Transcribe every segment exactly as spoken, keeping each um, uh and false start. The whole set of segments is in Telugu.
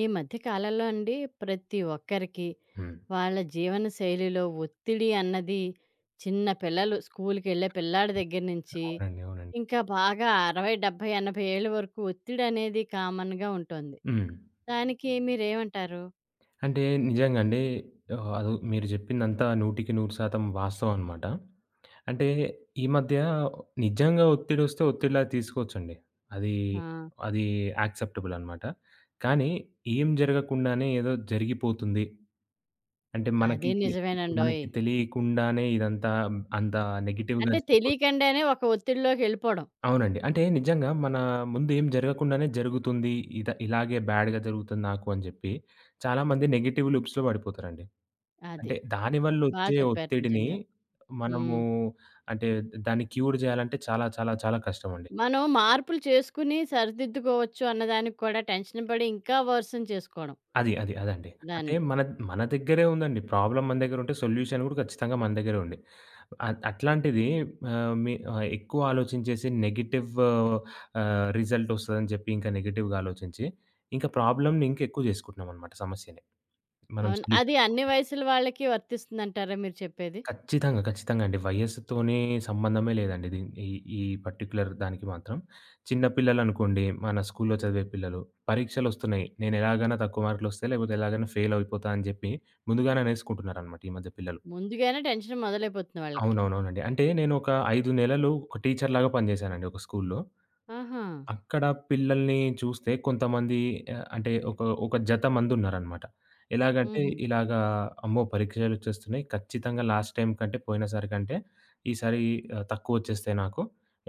ఈ మధ్య కాలంలో అండి ప్రతి ఒక్కరికి హ్మ్. వాళ్ళ జీవన శైలిలో ఒత్తిడి అన్నది, చిన్న పిల్లలు స్కూల్కి వెళ్ళే పిల్లాడి దగ్గర నుంచి అవునండి. అవునండి. ఇంకా బాగా అరవై డెబ్బై ఎనభై ఏళ్ళ వరకు ఒత్తిడి అనేది కామన్గా ఉంటుంది. హ్మ్. దానికి మీరేమంటారు? అంటే నిజంగా అండి. ఆహ్, అది మీరు చెప్పిందంతా వంద శాతం వాస్తవం అనమాట. అంటే ఈ మధ్య నిజంగా ఒత్తిడొస్తే ఒత్తిడిలా తీసుకోవచ్చండి. అది, ఆ, అది యాక్సెప్టబుల్ అనమాట. కానీ ఏం జరగకుండానే ఏదో జరిగిపోతుంది. అంటే మనకి, అదే నిజమేనండోయ్. మనకి తెలియకుండానే ఇదంతా అంత నెగెటివ్‌గా అంటే జరిగిపోతుంది. తెలియకుండానే ఒక ఒత్తిడిలోకి వెళ్ళిపోవడం. అవునండి. అంటే నిజంగా మన ముందు ఏం జరగకుండానే జరుగుతుంది. ఇద ఇలాగే బ్యాడ్‌గా జరుగుతుంది నాకు అని జెప్పి చాలామంది నెగెటివ్ లూప్స్‌లో పడిపోతారండి. అది అంటే బాగా దానివల్లొచ్చే చెప్పారు ఒత్తిడిని నిజంగా. మనము ఉమ్. అంటే దాన్ని క్యూర్ జేయాలంటే చాలా చాలా చాలా కష్టమండి. మనం మార్పులు చేసుకుని సరిదిద్దుకోవచ్చు అన్నదానికి కూడా టెన్షన్ పడి ఇంకా వర్షం చేసుకోవడం. అది. అది. అదండి. అంటే దాన్ని మన మన దగ్గరే ఉందండి. ప్రాబ్లమ్ మన దగ్గర ఉంటే సొల్యూషన్ కూడా ఖచ్చితంగా మన దగ్గరే ఉంది. అట్ అట్లాంటిది ఆహ్, మీ ఆహ్, ఎక్కువ ఆలోచించేసి నెగెటివ్ ఆహ్, రిజల్ట్ వస్తదని చెప్పి ఇంకా నెగెటివ్‌గా ఆలోచించి, ఇంకా ప్రాబ్లమ్‌ని ఇంకా ఎక్కువ చేసుకుంటున్నామనమాట సమస్యని. మనం అవును. అది సొల్యూషన్ అన్ని వయసుల వాళ్ళకి వర్తిస్తుందంటారా మీరు చెప్పేది? ఖచ్చితంగా. ఖచ్చితంగా అండి. వయస్సుతోనే సంబంధమే లేదండి. దీన్ ఈ ఈ పర్టిక్యులర్ దానికి మాత్రం. చిన్న పిల్లలనుకోండి, మన స్కూల్లో చదివే పిల్లలు, పరీక్షలొస్తున్నాయి. నేను ఎలాగైనా తక్కువ మార్కులొస్తాయి, లేకపోతే ఎలాగైనా ఫెయిల్ అయిపోతా అని చెప్పి ముందుగానే అనేసుకుంటున్నారనమాట ఈ మధ్య పిల్లలు. ముందుగానే టెన్షన్ మొదలైపోతుంది వాళ్ళకి. అవునవునవునండి. అంటే నేను ఒక ఐదు నెలలు ఒక టీచర్‌లాగా పనిజేశానండి ఒక స్కూల్లో. ఆహా! అక్కడ పిల్లల్ని చూస్తే కొంతమంది ఆహ్, అంటే ఒక, ఒక జత మందున్నారనమాట. ఎలాగంటే హుహు. ఇలాగా అమ్మో! పరీక్షలొచ్చేస్తున్నాయి. ఖచ్చితంగా లాస్ట్ టైమ్ కంటే పోయినసారి కంటే ఈసారి ఆహ్, తక్కువొచ్చేస్తాయి నాకు.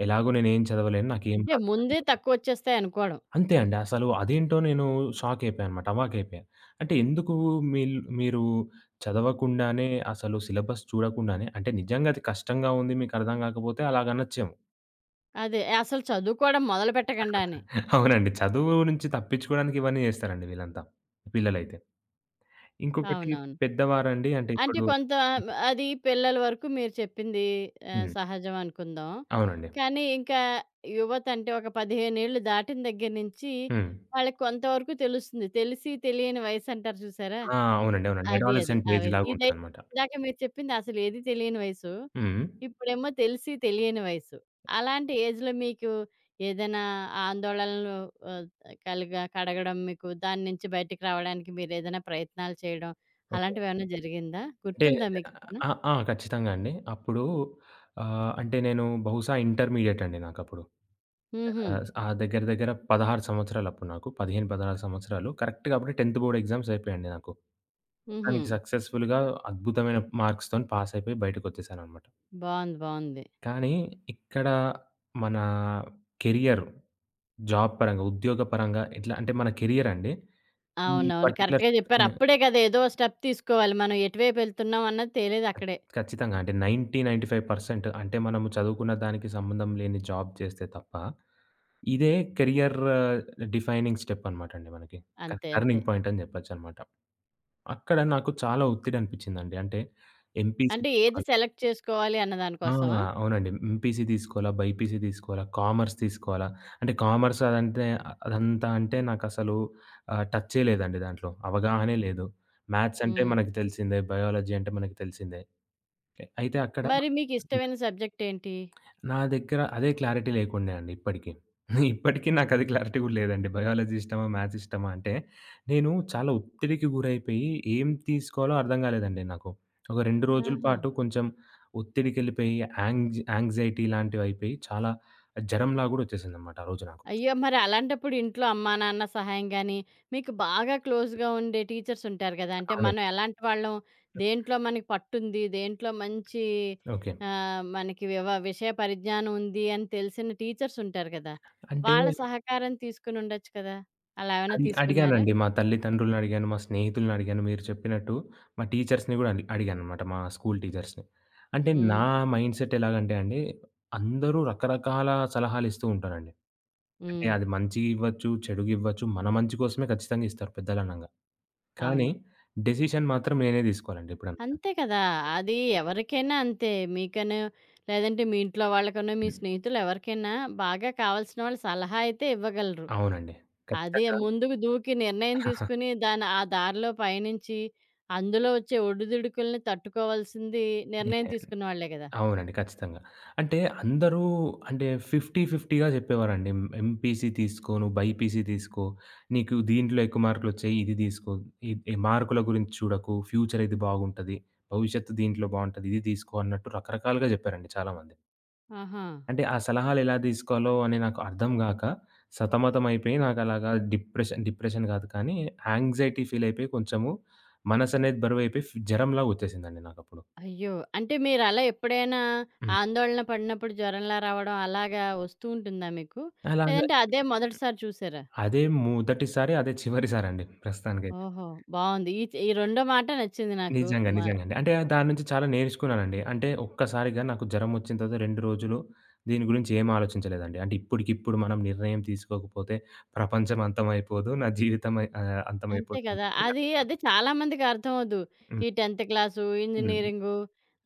ఎలాగో నేనేం చదవలేను. నాకేం అంటే రాదు. ముందే అనుకుంటాను. తక్కువొచ్చేస్తాయనుకోవడం. అంతే అండి. అసలు అదేంటో నేను షాక్ అయిపోయా అనమాట. అవాకయిపోయా. అంటే ఎందుకు మీల్ మీరు చదవకుండానే అసలు సిలబస్ చూడకుండానే అంటే నిజంగా అది కష్టంగా ఉంది. మీకు అర్థం కాకపోతే అలాగనొచ్చేమో. అదే. అసలు చదువుకోవడం మొదలుపెట్టకుండానే. అవునండి. చదువు నుంచి తప్పించుకోవడానికి ఇవన్నీ జేస్తారండి వీళ్ళంతా. పిల్లలైతే. ఇంకొకటి అవునవును. పెద్దవారండి అంటే అంటే ఇప్పుడు కొంత అది పిల్లల వరకు మీరు చెప్పింది ఆహ్, హ్మ్. సహజం అనుకుందాం. అవునండి. కానీ ఇంకా యువత అంటే ఒక పదిహేను ఏళ్ళు దాటిన దగ్గర నుంచి హ్మ్. వాళ్ళకి కొంతవరకు తెలుస్తుంది. తెలిసి తెలియని వయసంటారు చూసారా? ఆ! అవునండి. అవునండి. అది. అది. అడాలసెంట్ ఆ ఏజ్ వయసు. ఇదై లాగుంటదనమాట. ఇందాక మీరు చెప్పింది అసలు ఏది తెలియని వయసు. హ్మ్. ఇప్పుడేమో తెలిసి తెలియని వయసు. అలాంటి ఏజ్‌లో మీకు ఏదైనా ఆందోళనలు ఆహ్, కలగ కడగడం, మీకు దాని నుంచి బయటికి రావడానికి మీరేదైనా ప్రయత్నాలు చేయడం ఓకే. అలాంటివేమన్నా జరిగిందా? అంటే గుర్తుందా మీకేమైనా? ఆ! ఆ! ఖచ్చితంగా అండి. అప్పుడు ఆహ్, అంటే నేను బహుశా ఇంటర్మీడియేట్ అండి నాకప్పుడు. హుహు. ఆహ్, ఆ దగ్గర దగ్గర పదహారు సంవత్సరాలు అప్పుడు నాకు. పదిహేను, పదహారు సంవత్సరాలు. కరెక్ట్‌గా అప్పుడే టెన్త్ బోర్డ్ ఎగ్జామ్స్ అయిపోయాయండి నాకు. హుహు. మొత్తానికి సక్సెస్‌ఫుల్‌గా అద్భుతమైన మార్క్స్‌తోని పాసయిపోయి బయటకొచ్చేసాననమాట. బావుంది. బావుంది. కానీ ఇక్కడ మన కెరియర్, జాబ్ పరంగా, ఉద్యోగ పరంగా ఎట్లా అంటే మన కెరియర్ అండి. ఈ అవునవును. పర్టిక్యులర్ కరెక్ట్‌గా చెప్పారు. అప్పుడే కదా! ఏదో స్టెప్ తీసుకోవాలి. మనం ఎటువైపు వెళ్తున్నాం అన్నది తేలేదక్కడే. ఖచ్చితంగా అంటే తొంభై, తొంభై ఐదు శాతం అంటే మనము చదువుకున్న దానికి సంబంధం లేని జాబ్ చేస్తే తప్ప, ఇదే కెరియర్ డిఫైనింగ్ స్టెప్ అనమాట అండి మనకి. క అంతే. అంతే. టర్నింగ్ పాయింట్ అని చెప్పొచ్చనమాట. అక్కడ నాకు చాలా ఒత్తిడి అనిపించిందండి. అంటే ఎంపీసీ అంటే ఏది సెలెక్ట్ చేసుకోవాలి అన్న దాని ఆ! కోసమా? అవునండి. ఎంపీసీ తీసుకోవాలా? బైపీసీ తీసుకోవాలా? కామర్స్ తీసుకోవాలా? అంటే కామర్స్ అదంటే అదంతా అంటే నాకసలు ఆహ్, టచ్చే లేదండి దాంట్లో. అవగాహనే లేదు. మ్యాథ్స్ అంటే హ్మ్. మనకు తెలిసిందే. బయాలజీ అంటే మనకు తెలిసిందే. అయితే అక్కడ మరి మీకిష్టమైన సబ్జెక్ట్ ఏంటి? నా దగ్గర అదే క్లారిటీ లేకుండే అండి ఇప్పటికి. ఇప్పటికి నాకది క్లారిటీ గూడా లేదండి. బయాలజీ ఇష్టమా? మ్యాథ్స్ ఇష్టమా? అంటే నేను చాలా ఒత్తిడికి గురైపోయి ఏం తీసుకోవాలో అర్థం కాలేదండి నాకు. ఒక రెండు రోజుల ఆహా! పాటు కొంచెం ఒత్తిడికెళ్ళిపోయి యాంగ్ యాంగ్జైటీ లాంటివయిపోయి చాలా జరంలా గూడా వచ్చేసిందనమాట ఆ రోజు నాకు. అయ్యో! మరి అలాంటప్పుడు ఇంట్లో అమ్మా, నాన్న సహాయం గాని, మీకు బాగా క్లోజ్‌గా ఉండే టీచర్స్ ఉంటారు గదా! అంటే అవును. మనం ఎలాంటి వాళ్ళం, దేంట్లో మనకి పట్టుంది, దేంట్లో మంచి ఓకే. ఆహ్, మనకి వివ విషయ పరిజ్ఞానం ఉంది అని తెలిసిన టీచర్స్ ఉంటారు గదా! అంటే వాళ్ళ సహకారం తీసుకుని ఉండొచ్చు కదా! అలా ఏమైనా అడి తీసుకున్నారా? అడిగానండి. మా తల్లిదండ్రులని అడిగాను, మా స్నేహితులని అడిగాను మీరు చెప్పినట్టు. మా టీచర్స్‌ని గూడా అడి అడిగాననమాట. మా స్కూల్ టీచర్స్‌ని. అంటే నా హ్మ్. మైండ్ సెట్ ఎలాగంటే అండి, అందరూ రకరకాల సలహాలిస్తూ ఉంటారండి. అంటే హ్మ్. అది మంచిగివ్వచ్చు, చెడుగివ్వచ్చు, మన మంచి కోసమే ఖచ్చితంగా ఇస్తారు పెద్దలనంగా. కానీ అవును. డెసిషన్ మాత్రం నేనే తీసుకోవాలండి ఎప్పుడన్నా. అంతే కదా! అది ఎవరికైనా అంతే. మీకనో, లేదంటే మీ ఇంట్లో వాళ్ళకనో, మీ స్నేహితులు ఎవరికైనా బాగా కావాల్సిన వాళ్ళు సలహా అయితే ఇవ్వగలరు. అవునండి. అదే ఖచ్చితంగా ముందుకు దూకి నిర్ణయం తీసుకుని దాని ఆ దారిలో పయనించి, అందులో వచ్చే ఒడిదుడుకుల్ని తట్టుకోవాల్సింది నిర్ణయం నేనే. తీసుకున్న వాళ్ళే గదా! అవునండి. ఖచ్చితంగా. అంటే అందరూ అంటే యాభై, యాభైగా చెప్పేవారండి. ఎం ఎంపీసీ తీసుకో, నువ్వు బైపీసీ తీసుకో, నీకు దీంట్లో ఎక్కువ మార్కులొచ్చాయి ఇది తీసుకో. ఈ ఈ మార్కుల గురించి చూడకు, ఫ్యూచర్ ఇది బాగుంటది. భవిష్యత్తు దీంట్లో బావుంటది. ఇది తీసుకో అన్నట్టు రకరకాలుగా చెప్పారండి చాలామంది. ఆహా! అంటే ఆ సలహాలు ఎలా తీసుకోవాలో అని నాకు అర్థం గాక, సతమతమైపోయి నాకలాగా డిప్రెషన్ డిప్రెషన్ గాదు కానీ, యాంగ్జైటీ ఫీలయిపోయి కొంచెము మనసనేది బరువైపోయి ఫ్ జరంలాగొచ్చేసిందండి నాకప్పుడు. అయ్యో! అంటే మీరలా ఎప్పుడైనా హ్మ్. ఆందోళన పడినప్పుడు జ్వరంలా రావడం అలాగా వస్తూ ఉంటుందా మీకు? అలాగ లేదంటే అదే మొదటిసారి చూసారా? అదే మొదటిసారి, అదే చివరిసారండి ప్రస్తుతానికైతే. ఓహో! బావుంది. ఈ చ్ ఈ రెండో మాట నచ్చింది నాకు. నిజంగా. మ నిజంగండి. అంటే దాని నుంచి చాలా నేర్చుకున్నానండి. అంటే ఒక్కసారిగా నాకు జరమొచ్చిన తర్వాత రెండు రోజులు దీని గురించి ఏం ఆలోచించలేదండి. అంటే ఇప్పటికిప్పుడు మనం నిర్ణయం తీసుకోకపోతే ప్రపంచం అంతమైపోదు. నా జీవితం అయి ఆహ్, అంతే అంతమైపోతుంది. కదా! అది అది చాలామందికి అర్థమవ్వదు. హ్మ్. ఈ టెన్త్ క్లాసు, హ్మ్. ఇంజినీరింగు,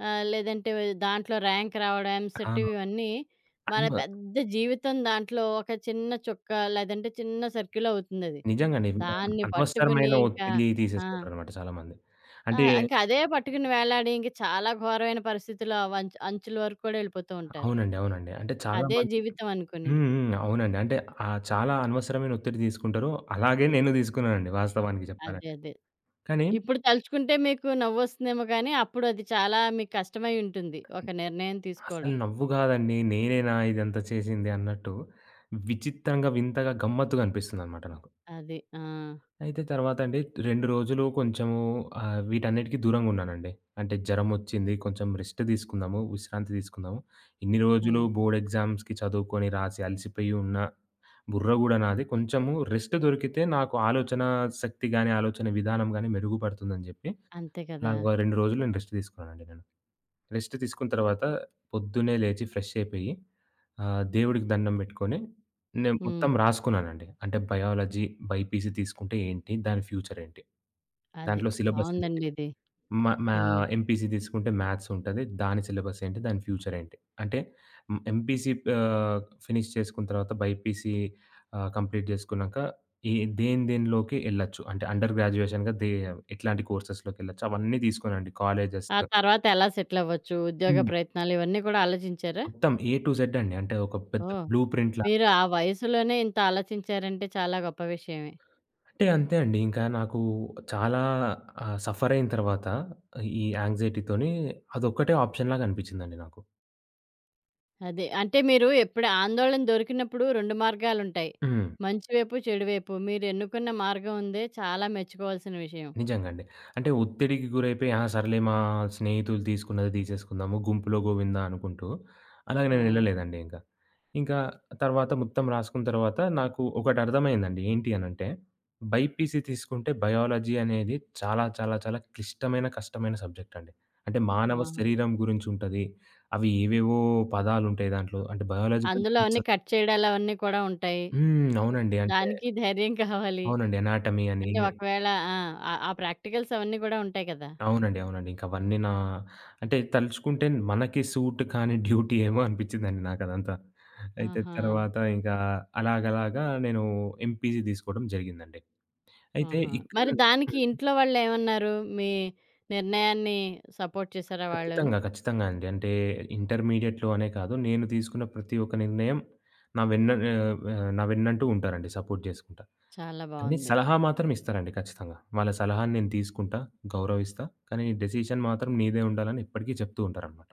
ఆహ్, లేదంటే దాంట్లో ర్యాంక్ రావడం, ఎంసెట్ ఆ! ఇవన్నీ మన అన్వ పెద్ద జీవితం దాంట్లో ఒక చిన్న చుక్క, లేదంటే చిన్న సర్కిల్ అవుతుందది. నిజంగండి. దాన్ని అనవసరమైన పట్టుకుని ఇంకా ఒత్తిడి ఆ! తీసేసుకుంటారనమాట చాలామంది. ఆ! అంటే ఇంకా అదే పట్టుకుని వేలాడి ఇంక చాలా ఘోరమైన పరిస్థితిలో అవంచ్ అంచుల వరకు కూడా వెళ్ళిపోతూ ఉంటారు. అవునండి. అవునండి. అంటే అదే చాలామంది జీవితం అనుకుని. హ్మ్. హ్మ్. అవునండి. అంటే ఆహ్, చాలా అనవసరమైన ఒత్తిడి తీసుకుంటారు. అలాగే నేను తీసుకున్నానండి వాస్తవానికి అదే. చెప్పాలంటే. అదే. కానీ ఇప్పుడు తలుచుకుంటే మీకు నవ్వొస్తుందేమో కానీ, అప్పుడు అది చాలా మీకు కష్టమై ఉంటుంది. ఒక నిర్ణయం అసలు తీసుకోవడం. నవ్వు కాదండి. నేనేనా ఇదంతా చేసింది అన్నట్టు విచిత్రంగా, వింతగా, గమ్మత్తుగా అనిపిస్తుందనమాట నాకు. అది. ఆ! అయితే తర్వాత అండి రెండు రోజులు కొంచెము ఆహ్, వీటన్నిటికి దూరంగా ఉన్నానండి. అంటే జ్వరమొచ్చింది. కొంచెం రెస్ట్ తీసుకుందాము, విశ్రాంతి తీసుకుందాము. ఇన్ని రోజులు హ్మ్. బోర్డ్ ఎగ్జామ్స్‌కి చదువుకొని రాసి అలసిపోయి ఉన్న బుర్ర గూడా నాది. కొంచెము రెస్ట్ దొరికితే నాకు ఆలోచన శక్తి గాని, ఆలోచన విధానం గాని మెరుగుపడుతుందని జెప్పి, అంతే కదా! నాకు ఆ రెండు రోజులు నేను రెస్ట్ తీసుకున్నానండి నేను. రెస్ట్ తీసుకున్న తర్వాత పొద్దున్నే లేచి ఫ్రెష్ అయిపోయి, ఆహ్, దేవుడికి దండం బెట్టుకొని, నేను హ్మ్. మొత్తం రాసుకున్నానండి. అంటే బయాలజీ బైపీసీ తీసుకుంటే ఏంటి? దాని ఫ్యూచర్ ఏంటి? అది. దాంట్లో సిలబస్ ఏంటి? బావుందండి ఇది. మా మా హ్మ్. ఎంపీసీ తీసుకుంటే మ్యాథ్స్ ఉంటది. దాని సిలబస్ ఏంటి? దాని ఫ్యూచర్ ఏంటి? అంటే హ్మ్, ఎంపీసీ ఆహ్, ఫినిష్ చేసుకున్న తర్వాత బైపీసీ ఆహ్, కంప్లీట్ చేసుకున్నాక ఈ దేని దేనిలోకి ఎళ్ళొచ్చు? అంటే అండర్ గ్రాడ్యుయేషన్‌గా దే ఎట్లాంటి కోర్సెస్‌లోకెళ్ళొచ్చు? అవన్నీ తీసుకోనండి. కాలేజెస్ ఆ తర్వాత ఎలా సెటిల్ అవ్వచ్చు? ఉద్యోగ హ్మ్. ప్రయత్నాలు ఇవన్నీ కూడా ఆలోచించారా? మొత్తం ఏ టు జెడ్ అండి. అంటే ఒక పెద్ద ఓహ్! బ్లూ ప్రింట్‌లా మీరు ఆ వయసులోనే ఇంత ఆలోచించారంటే చాలా గొప్ప విషయమే. అంటే అంతే అండి. ఇంకా నాకు చాలా ఆహ్, సఫర్ అయిన తర్వాత ఈ యాంక్సైటీతోని అదొక్కటే ఆప్షన్‌లాగా అనిపించిందండి నాకు. అదే. అంటే మీరు ఎప్పుడు ఆందోళన దొరికినప్పుడు రెండు మార్గాలుంటాయి. హ్మ్. మంచి వైపు, చెడు వైపు. మీరు ఎన్నుకున్న మార్గం ఉందే చాలా మెచ్చుకోవాల్సిన విషయం. నిజంగా అండి. అంటే ఒత్తిడికి గురైపోయి ఆ! సర్లే మా స్నేహితులు తీసుకున్నది తీసేసుకుందాము. గుంపులో గోవిందా అనుకుంటూ అలాగ ఆ! నేను ఎళ్ళలేదండి ఇంకా. ఇంకా తర్వాత మొత్తం రాసుకున్న తర్వాత నాకు ఒకటి అర్థమైందండి. ఏంటి అనంటే బైపీసీ తీసుకుంటే బయాలజీ అనేది చాలా చాలా చాలా క్లిష్టమైన, కష్టమైన సబ్జెక్ట్ అండి. అంటే ఆ! మానవ శరీరం గురించి ఉంటది. అవి ఏవేవో పదాలుంటాయి దాంట్లో. అంటే బయాలజికల్ అందులో అవన్నీ ప్రిన్సిప్ కట్ చేయడాలు అవన్నీ కూడా ఉంటాయి. హ్మ్. అవునండి. అంటే దానికి ధైర్యం కావాలి. అవునండి. అనాటమీ అని అంటే ఒకవేళ ఆ! ఆ ఆ ప్రాక్టికల్స్ అవన్నీ గూడా ఉంటాయి కదా! అవునండి. అవునండి. ఇంక అవన్నీ నా అంటే తలుచుకుంటే మనకి సూట్ కాని డ్యూటీ ఏమో అనిపించిందండి నాకదంతా. అయితే ఆహా! తర్వాత ఇంకా అలాగలాగా నేను ఎంపీసీ తీసుకోవడం జరిగిందండి. అయితే ఆహా! ఇక్కడ మరి దానికి హ్మ్. ఇంట్లో వాళ్ళేమన్నారు? మీ నిర్ణయాన్ని సపోర్ట్ చేశారా వాళ్ళును? ఖచ్చితంగా. ఖచ్చితంగా అండి. అంటే ఇంటర్మీడియేట్‌లో అనే కాదు నేను తీసుకున్న ప్రతి ఒక్క నిర్ణయం నా వెన్న ఆహ్, ఆహ్, నా వెన్నంటూ ఉంటారండి. సపోర్ట్ చేసుకుంటా. చాలా కానీ బావుంది. సలహా మాత్రం ఇస్తారండి ఖచ్చితంగా. వాళ్ళ సలహాని నేను తీసుకుంటా, గౌరవిస్తా. కానీ డెసిషన్ మాత్రం నీదే ఉండాలని ఎప్పటికీ చెప్తూ ఉంటారనమాట.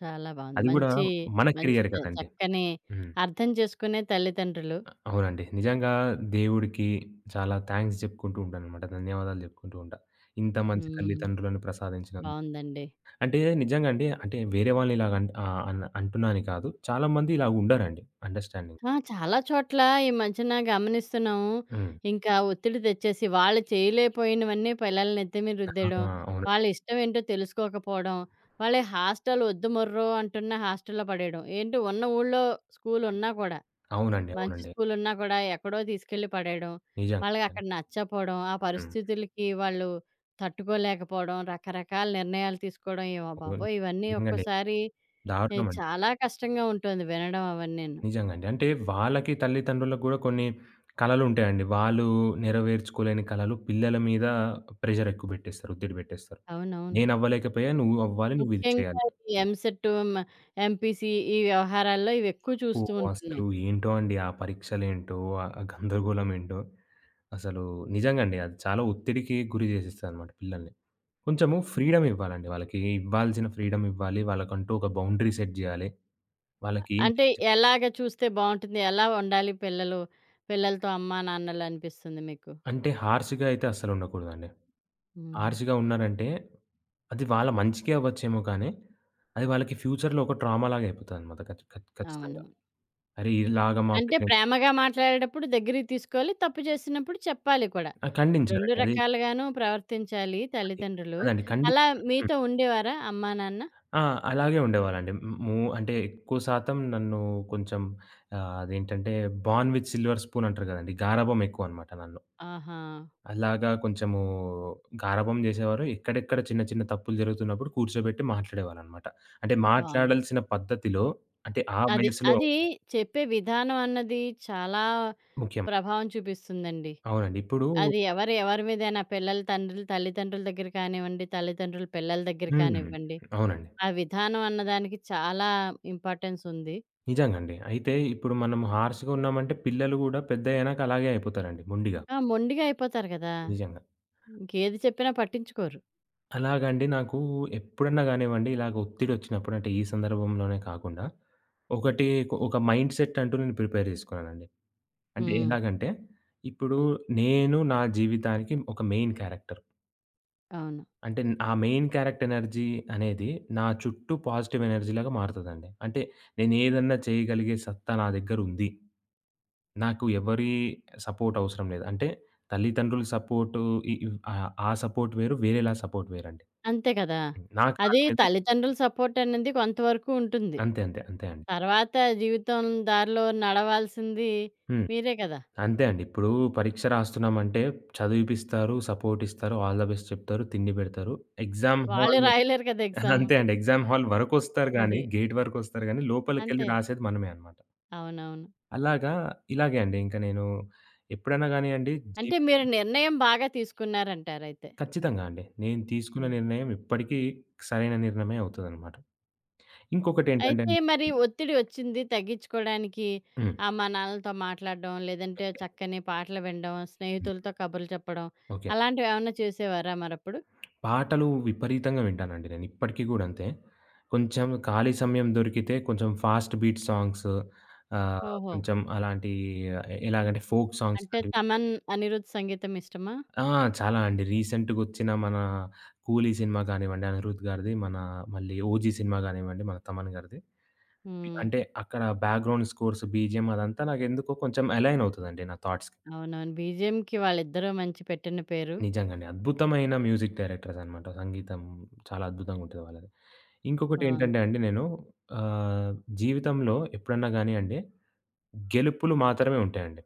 చాలా బావుంది. అది గూడా మంచి, మన మంచి కెరియర్ చ కదండీ. చక్కని హ్మ్. అర్థం చేసుకునే తల్లిదండ్రులు. అ అవునండి. నిజంగా దేవుడికి చాలా థాంక్స్ చెప్పుకుంటూ ఉంటాననమాట. ధన్యవాదాలు చెప్పుకుంటూ ఉంటా. ఇంత మంచి హ్మ్. తల్లిదండ్రులను ప్రసాదించినందుకు. బావుందండి. అంటే నిజంగా అండి అంటే వేరే వాళ్ళని ఇలాగ అన్ ఆహ్, అన్ అంటున్నానని కాదు. చాలా మంది ఇలా ఉండరండి అండర్‌స్టాండింగ్. ఆ! చాలా చోట్ల ఈ మధ్యన గమనిస్తున్నాము. హ్మ్. ఇంకా ఒత్తిడి తెచ్చేసి వాళ్ళు చేయలేకపోయినవన్నీ పిల్లల నెత్తి మీద రుద్దేయడం, ఆ! అవును. వాళ్ళ ఇష్టం ఏంటో తెలుసుకోకపోవడం, వాళ్ళే హాస్టల్ వద్దు మొర్రో అంటున్న హాస్టల్‌లో పడేయడం. ఏంటి ఉన్న ఊళ్ళో స్కూల్ ఉన్నా కూడా, అవునండి. మంచి అవునండి. స్కూల్ ఉన్నా కూడా ఎక్కడో తీసుకెళ్ళి పడేయడం. నిజంగా. వాళ్ళకి అక్కడ నచ్చకపోవడం, ఆ హ్మ్. పరిస్థితులకి వాళ్ళు తట్టుకోలేకపోవడం, రకరకాల నిర్ణయాలు తీసుకోవడం. ఏమో బాబోయ్! ఇవన్నీ నిజంగానే ఒక్కోసారి ఏ, దారుణం అండి. చాలా కష్టంగా ఉంటుంది వినడం అవన్నీను. నిజంగండి. అంటే వాళ్ళకి తల్లిదండ్రులకు గూడా కొన్ని కలలుంటాయండి. వాళ్ళు నెరవేర్చుకోలేని కలలు పిల్లల మీద ప్రెషర్ ఎక్కువ బెట్టేస్తారు. ఒత్తిడి బెట్టేస్తారు. అవునవును. నేనవ్వలేకపోయా, నువ్వు అవ్వాలి, నువ్విది చేయాలి. ముఖ్యంగా ఈ ఎంసెట్, మ ఎంపీసీ ఈ వ్యవహారాల్లో ఇవెక్కువ అబ్బో! చూస్తూ ఉంటున్నాం. అసలు ఏంటో అండి ఆ పరీక్షలేంటో, ఆ గందరగోళమేంటో అసలు నిజంగండి. అది చాలా ఒత్తిడికి గురి జేసేస్తదనమాట పిల్లల్ని. కొంచెము హ్మ్. ఫ్రీడమివ్వాలండి వాళ్ళకి. ఇవ్వాల్సిన ఫ్రీడమివ్వాలి. వాళ్ళకంటూ ఒక బౌండరీ సెట్ జేయాలి. వాళ్ళకేం అంటే ఎలాగ చూస్తే బావుంటుంది? ఎలా ఉండాలి పిల్లలు? పిల్లలతో అమ్మా, నాన్నలనిపిస్తుంది మీకు? అంటే హార్ష్‌గా అయితే అస్సలుండకూడదండి. హ్మ్. హార్ష్‌గా ఉన్నారంటే, అది వాళ్ళ మంచికే అవ్వచ్చేమో కానీ, అది వాళ్ళకి ఫ్యూచర్‌లో ఒక ట్రామాలాగా అయిపోతదనమాట ఖచ్ ఖచ్ అవును. ఖచ్చితంగా. అరే! ఇలాగ మా అంటే పేరెంట్స్ ప్రేమగా మాట్లాడేటప్పుడు దగ్గరికి తీసుకోవాలి. తప్పు చేసినప్పుడు చెప్పాలి కూడా. ఆ! రెండు ఖండించాలండి. అది రకాలుగాను ప్రవర్తించాలి అది తల్లిదండ్రులు. అదండి ఖండి అలా హ్మ్. మీతో ఉండేవారా అమ్మా, నాన్న? ఆ! అలాగే ఉండేవాళ్ళండి. హ్మ్. మూ అంటే ఎక్కువ శాతం నన్ను కొంచెం ఆహ్, అదేంటంటే, బార్న్ విత్ సిల్వర్ స్పూన్ అంటారు కదండీ! గారాబం ఎక్కువనమాట నన్ను. ఆహా! అలాగా కొంచెము గారాబం జేసేవారు. ఎక్కడెక్కడ చిన్న చిన్న తప్పులు జరుగుతున్నప్పుడు కూర్చోబెట్టి మాట్లాడేవాళ్ళనమాట. అంటే బావుంది. మాట్లాడాల్సిన పద్ధతిలో అంటే ఆ అది. వయసులో అది చెప్పే విధానం అన్నది చాలా ముఖ్యం. ప్రభావం చూపిస్తుందండి. అవునండి. ఇప్పుడు అది ఎవరు ఎవరి మీదైనా పిల్లల తండ్రులు, తల్లిదండ్రుల దగ్గర కానివ్వండి, తల్లిదండ్రులు పిల్లల దగ్గర హ్మ్. కానివ్వండి, అవునండి. ఆ విధానం అన్నదానికి చాలా ఇంపార్టెన్స్ ఉంది. నిజంగండి. అయితే ఇప్పుడు మనం హార్ష్‌గా ఉన్నామంటే పిల్లలు గూడా పెద్దయ్యానాక అలాగే అయిపోతారండి మొండిగా. ఆ! మొండిగా అయిపోతారు కదా! నిజంగా. ఇంకేది చెప్పినా పట్టించుకోరు. అలాగండి నాకు ఎప్పుడన్నా గానివ్వండి ఇలాగ ఒత్తిడొచ్చినప్పుడు అంటే ఈ సందర్భంలోనే కాకుండా ఒకటి ఒక మైండ్‌సెట్ అంటూ నేను ప్రిపేర్ జేసుకున్నానండి. అంటే హ్మ్. ఎలాగంటే, ఇప్పుడు నేను నా జీవితానికి ఒక మెయిన్ క్యారెక్టర్. అవును. అంటే ఆ మెయిన్ క్యారెక్టర్ ఎనర్జీ అనేది నా చుట్టూ పాజిటివ్ ఎనర్జీలాగా మారుతదండి. అంటే నేను ఏదన్నా చేయగలిగే సత్తా నా దగ్గర ఉంది. నాకు ఎవరి సపోర్ట్ అవసరం లేదు. అంటే తల్లిదండ్రుల సపోర్టు ఇ ఇవ్ ఆహ్, ఆ సపోర్ట్ వేరు, వేరేలా సపోర్ట్ వేరండి. అంతే కదా! నాకు నా అది మీద తల్లిదండ్రుల సపోర్ట్ అనేది కొంతవరకు ఉంటుంది. అంతే, అంతే, అంతే అండి. తర్వాత జీవితం దారిలో నడవాల్సింది హ్మ్. మీరే కదా! అంతే అండి. ఇప్పుడు పరీక్ష రాస్తున్నామంటే చదివిపిస్తారు, సపోర్ట్ ఇస్తారు, ఆల్ ద బెస్ట్ చెప్తారు, తిండి పెడతారు. ఎగ్జామ్ వాళ్ళు హాల్ రాయలేరు కదా ఎగ్జాము. అంతే అండి. ఎగ్జామ్ హాల్ వరకొస్తారు గానీ, అది. గేట్ వరకొస్తారు గానీ, లోపలికెళ్లి అంతే. రాసేది మనమే అనమాట. అవునవును. అలాగా ఇలాగే అండి ఇంక నేను ఎప్పుడైనా గానియండి అంటే జీవి మీరు నిర్ణయం బాగా తీసుకున్నారంటారయితే. ఖచ్చితంగా అండి. నేను తీసుకున్న హ్మ్. నిర్ణయం ఎప్పటికీ సరైన నిర్ణయమే అవుతదనమాట. ఇంకొకటేంటంటే అయితే అండి మరి ఒత్తిడి ఒచ్చింది తగ్గించుకోడానికి హ్మ్. అమ్మా, నాన్నలతో మాట్లాడడం, లేదంటే చక్కని పాటలు వినడం, హ్మ్. స్నేహితులతో కబుర్లు చెప్పడం ఓకే. అలాంటివేమన్నా చేసేవారా మరప్పుడు? పాటలు విపరీతంగా వింటానండి నేను. ఇప్పటికి గూడా అంతే. కొంచెం ఖాళీ సమయం దొరికితే కొంచెం ఫాస్ట్ బీట్ సాంగ్స్ ఆహ్, ఓహో! కొంచెం అలాంటి ఎలాగంటే ఫోక్ సాంగ్స్ అంటే లాంటివి 'తమన్', 'అనిరుద్' సంగీతం ఇష్టమా? ఆ! చాలా అండి. రీసెంట్‌గొచ్చిన మన 'కూలీ' సినిమా కానివ్వండి, అనిరుద్ గారిది, మన మళ్ళీ 'ఓజీ' సినిమా కానివ్వండి, మన తమన్ గారిది. హ్మ్. అంటే అక్కడ బ్యాక్‌గ్రౌండ్ స్కోర్స్, బీజీఎం అదంతా నాకెందుకో కొంచెం అలైన్ అవుతదండి నా థాట్స్‌కి. అవునవును. బీజీఎంకి వాళ్ళిద్దరూ మంచి పెట్టిన పేరు. నిజంగండి. అద్భుతమైన మ్యూజిక్ డైరెక్టర్స్ అనమాట. సంగీతం చాలా అద్భుతంగుంటది వాళ్ళది. బావుంది. ఇంకొకటేంటంటే అండి నేను ఆహ్, జీవితంలో ఎప్పుడన్నా గాని అండి, గెలుపులు మాత్రమే ఉంటాయండి.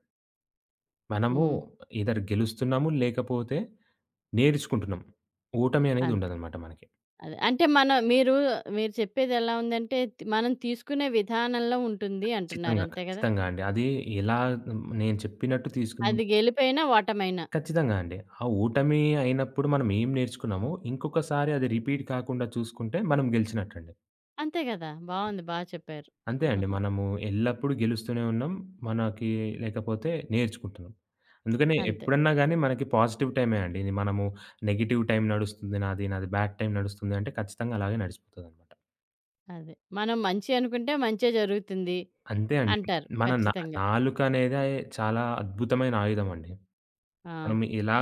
మనము హ్మ్. ఎయిదర్ గెలుస్తున్నాము, లేకపోతే నేర్చుకుంటున్నాం. ఓటమి అనేది అంతే. ఉండదనమాట మనకి. అదే. అంటే మనం మీరు మీరు చెప్పేదెలా ఉందంటే, తి- మనం తీసుకునే విధానంలో ఉంటుంది అంటున్నారు. ఖచ్చితంగా. అంతే గదా! ఖచ్చితంగా అండి. అది ఎలా హ్మ్, నేను చెప్పినట్టు తీసుకున్నా అది గెలిపైనా, ఓటమైనా. ఖచ్చితంగా అండి. ఆ ఓటమి అయినప్పుడు మనం ఏం నేర్చుకున్నామో, ఇంకొకసారి అది రిపీట్ కాకుండా చూసుకుంటే మనం గెలిచినట్టండి. అంతే గదా! బావుంది. బా చెప్పారు. అంతే అండి. మనము ఎల్లప్పుడూ గెలుస్తూనే ఉన్నాం. మనకి లేకపోతే నేర్చుకుంటున్నాం. అందుకనే అంతే. ఎప్పుడన్నా గాని మనకి పాజిటివ్ టైమే అండి. ఇది మనము నెగెటివ్ టైం నడుస్తుంది నాది, నాది బ్యాడ్ టైం నడుస్తుంది అంటే ఖచ్చితంగా అలాగే నడిచిపోతదనమాట. అదే. మనం మంచి అనుకుంటే మంచే జరుగుతుంది అంతే అండి. అంటారు. మన నా ఖచ్చితంగా. నాలుక అనేదే చాలా అద్భుతమైన ఆయుధం అండి. ఆ! మనం ఎలా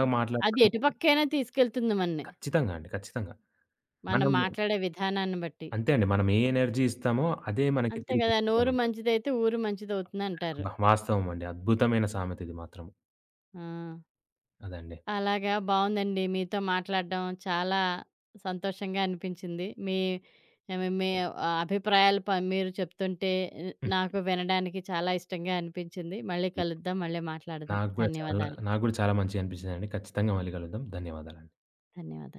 అది మాట్లాడతామో ఎటుపక్కైనా తీసుకెళ్తుంది మనని. ఖచ్చితంగా అండి. ఖచ్చితంగా. మనం మనం మాట్లాడే విధానాన్ని బట్టి. అంతే అండి. మనం ఏ ఎనర్జీ ఇస్తామో అదే మనకి అంతే గదా! నోరు తిరిగొచ్చేస్తూంటది. మంచిదైతే ఊరు మంచిదవుతుందంటారు. అబ్బా! వాస్తవం అండి. అద్భుతమైన సామెతిది మాత్రం. ఆ! అదండి. అలాగా బావుందండి. మీతో మాట్లాడడం చాలా సంతోషంగా అనిపించింది. మీ ఆహ్, మీ ఆహ్, అభిప్రాయాలు ప మీరు చెప్తుంటే ఆహ్, హ్మ్. నాకు వినడానికి చాలా ఇష్టంగా అనిపించింది. మళ్ళీ కలుద్దాం. మళ్ళీ మాట్లాడదాం. నాకు గూడా చాలా ధన్యవాదాలు. నాకు గూడా చాలా మంచిగా అనిపించిందండి. ఖచ్చితంగా మళ్ళీ కలుద్దాం. ధన్యవాదాలండి. ధన్యవాదాలు.